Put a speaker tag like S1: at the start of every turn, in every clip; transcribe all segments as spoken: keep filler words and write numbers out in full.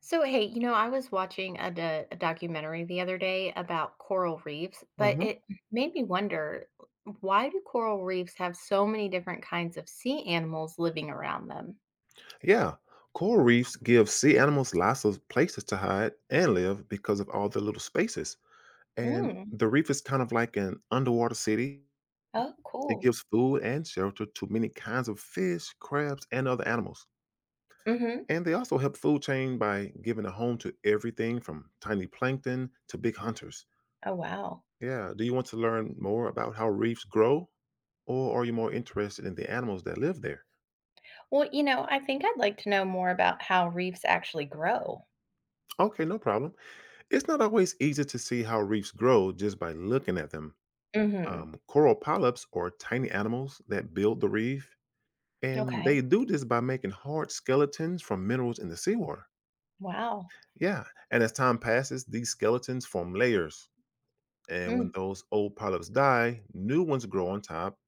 S1: So, hey, you know, I was watching a, do- a documentary the other day about coral reefs, but
S2: Hmm.
S1: it made me wonder, why do coral reefs have so many different kinds of sea animals living around them?
S2: Yeah. Coral reefs give sea animals lots of places to hide and live because of all the little spaces. And
S1: Mm.
S2: the reef is kind of like an underwater city.
S1: Oh,
S2: It
S1: cool.
S2: gives food and shelter to many kinds of fish, crabs, and other animals.
S1: Hmm.
S2: And they also help food chain by giving a home to everything from tiny plankton to big hunters.
S1: Oh, wow.
S2: Yeah. Do you want to learn more about how reefs grow? Or are you more interested in the animals that live there?
S1: Well, you know, I think I'd like to know more about how reefs actually grow.
S2: Okay, no problem. It's not always easy to see how reefs grow just by looking at them.
S1: Hmm.
S2: Um, coral polyps are tiny animals that build the reef, and they
S1: Okay.
S2: do this by making hard skeletons from minerals in the seawater.
S1: Wow.
S2: Yeah, and as time passes, these skeletons form layers. And when
S1: Mm.
S2: those old polyps die, new ones grow on top.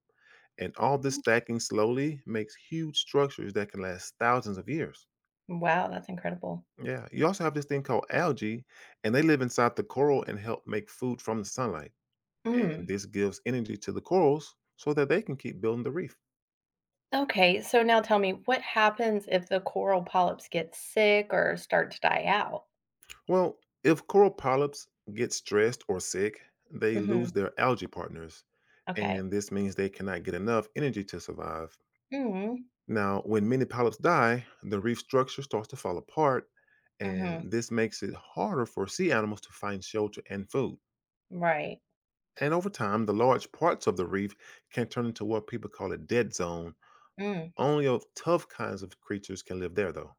S2: And all this stacking slowly makes huge structures that can last thousands of years.
S1: Wow, that's incredible.
S2: Yeah, you also have this thing called algae, and they live inside the coral and help make food from the sunlight. And
S1: Mm.
S2: this gives energy to the corals so that they can keep building the reef.
S1: Okay, so now tell me, what happens if the coral polyps get sick or start to die out?
S2: Well, if coral polyps get stressed or sick, they lose
S1: Hmm.
S2: their algae partners,
S1: Okay.
S2: and this means they cannot get enough energy to survive.
S1: Hmm.
S2: Now, when many polyps die, the reef structure starts to fall apart,
S1: Hmm.
S2: and this makes it harder for sea animals to find shelter and food.
S1: Right.
S2: And over time, the large parts of the reef can turn into what people call a dead zone.
S1: Mm.
S2: Only of tough kinds of creatures can live there, though.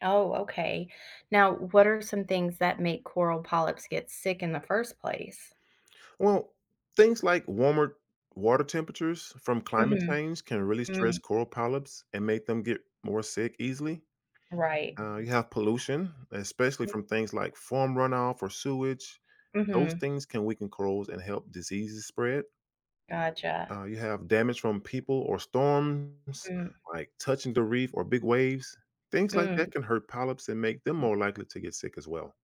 S1: Oh, okay. Now, what are some things that make coral polyps get sick in the first place?
S2: Well, things like warmer water temperatures from climate
S1: Hmm.
S2: change can really stress
S1: Mm.
S2: coral polyps and make them get more sick easily.
S1: Right.
S2: Uh, you have pollution, especially from things like farm runoff or sewage. Those
S1: Hmm.
S2: things can weaken corals and help diseases spread.
S1: Gotcha.
S2: Uh, you have damage from people or storms,
S1: Mm.
S2: like touching the reef or big waves. Things like that
S1: Mm,
S2: can hurt polyps and make them more likely to get sick as well.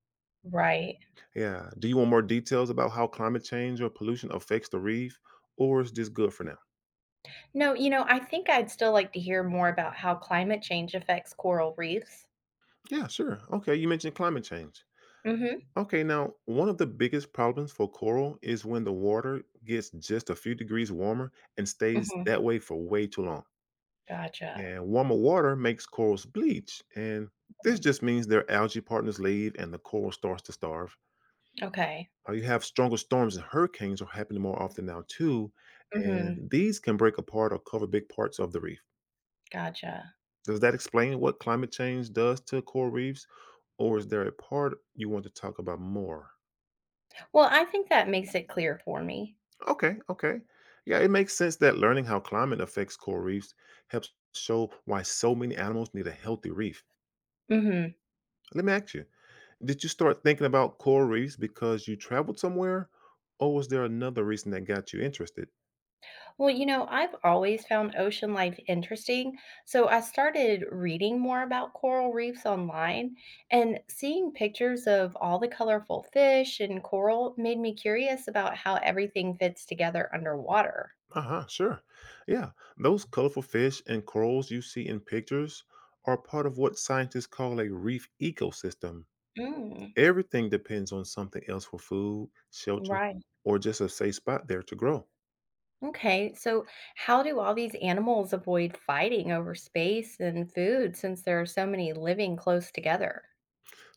S1: right.
S2: Yeah. Do you want more details about how climate change or pollution affects the reef, or is this good for now?
S1: No, you know, I think I'd still like to hear more about how climate change affects coral reefs.
S2: Yeah, sure. Okay, you mentioned climate change.
S1: Hmm.
S2: Okay, now one of the biggest problems for coral is when the water gets just a few degrees warmer and stays
S1: Hmm.
S2: that way for way too long.
S1: Gotcha.
S2: And warmer water makes corals bleach, and this
S1: Mm,
S2: just means their algae partners leave and the coral starts to starve.
S1: okay.
S2: Uh, You have stronger storms and hurricanes are happening more often now too,
S1: Mhm.
S2: and these can break apart or cover big parts of the reef.
S1: Gotcha.
S2: Does that explain what climate change does to coral reefs, or is there a part you want to talk about more?
S1: Well, I think that makes it clear for me.
S2: Okay, okay. Yeah, it makes sense that learning how climate affects coral reefs helps show why so many animals need a healthy reef.
S1: Mhm.
S2: Let me ask you, did you start thinking about coral reefs because you traveled somewhere, or was there another reason that got you interested?
S1: Well, you know, I've always found ocean life interesting, so I started reading more about coral reefs online, and seeing pictures of all the colorful fish and coral made me curious about how everything fits together underwater.
S2: Uh-huh, sure. Yeah, those colorful fish and corals you see in pictures are part of what scientists call a reef ecosystem.
S1: Mm,
S2: Everything depends on something else for food, shelter,
S1: right.
S2: or just a safe spot there to grow.
S1: Okay. So, how do all these animals avoid fighting over space and food since there are so many living close together?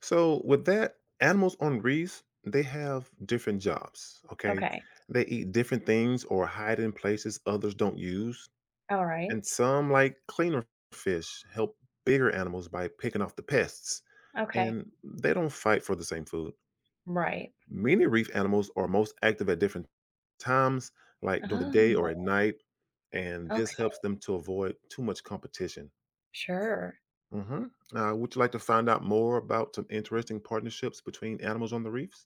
S2: So, with that, animals on reefs, they have different jobs, okay?
S1: Okay.
S2: They eat different things or hide in places others don't use.
S1: All right.
S2: And some, like cleaner fish, help bigger animals by picking off the pests,
S1: Okay.
S2: and they don't fight for the same food.
S1: Right.
S2: Many reef animals are most active at different times, like during the day or
S1: Oh,
S2: at night, and
S1: okay.
S2: this helps them to avoid too much competition.
S1: Sure.
S2: Hmm. Uh, would you like to find out more about some interesting partnerships between animals on the reefs?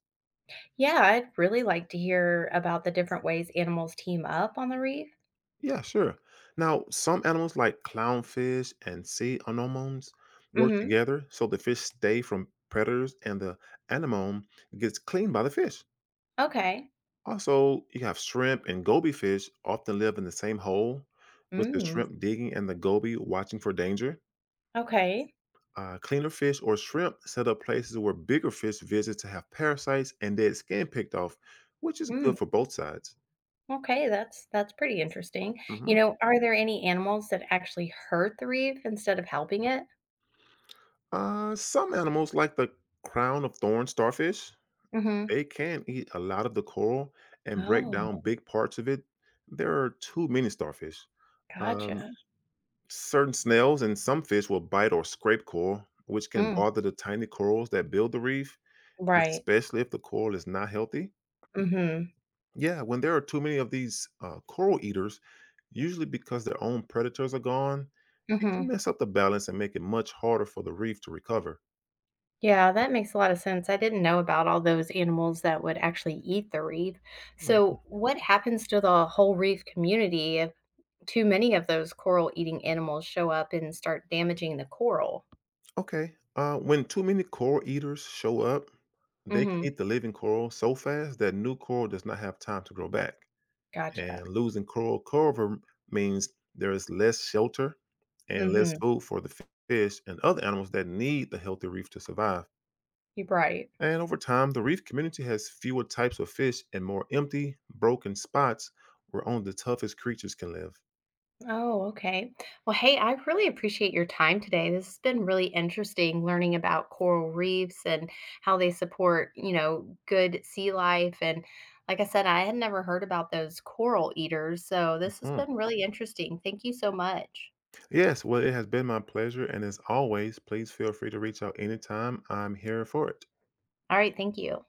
S1: Yeah, I'd really like to hear about the different ways animals team up on the reef.
S2: Yeah, sure. Now, some animals like clownfish and sea anemones work
S1: Mhm.
S2: together so the fish stay from predators and the anemone gets cleaned by the fish.
S1: Okay.
S2: Also, you have shrimp and goby fish often live in the same hole, with the
S1: Mm.
S2: shrimp digging and the goby watching for danger.
S1: Okay.
S2: Uh, cleaner fish or shrimp set up places where bigger fish visit to have parasites and dead skin picked off, which is
S1: Mm.
S2: good for both sides.
S1: Okay, that's that's pretty interesting.
S2: Mhm.
S1: You know, are there any animals that actually hurt the reef instead of helping it?
S2: Uh, some animals, like the crown of thorn starfish,
S1: Mhm.
S2: they can eat a lot of the coral and break
S1: Oh,
S2: down big parts of it. There are too many starfish. Um,
S1: gotcha.
S2: Certain snails and some fish will bite or scrape coral, which can
S1: Mm.
S2: bother the tiny corals that build the reef,
S1: Right.
S2: especially if the coral is not healthy.
S1: Mhm.
S2: Yeah, when there are too many of these uh, coral eaters, usually because their own predators are gone, it can
S1: Mhm.
S2: mess up the balance and make it much harder for the reef to recover.
S1: Yeah, that makes a lot of sense. I didn't know about all those animals that would actually eat the reef.
S2: Mhm.
S1: So, what happens to the whole reef community if too many of those coral eating animals show up and start damaging the coral?
S2: Okay, uh, when too many coral eaters show up, they can
S1: Mhm.
S2: eat the living coral so fast that new coral does not have time to grow back.
S1: Gotcha.
S2: And losing coral cover means there is less shelter and less
S1: Mhm.
S2: food for the f- fish and other animals that need the healthy reef to survive.
S1: You're right.
S2: And over time, the reef community has fewer types of fish and more empty, broken spots where only the toughest creatures can live.
S1: Oh, okay. Well, hey, I really appreciate your time today. This has been really interesting, learning about coral reefs and how they support, you know, good sea life. And like I said, I had never heard about those coral eaters. So this has
S2: Hmm.
S1: been really interesting. Thank you so much.
S2: Yes, well, it has been my pleasure. And as always, please feel free to reach out anytime. I'm here for it.
S1: All right. Thank you.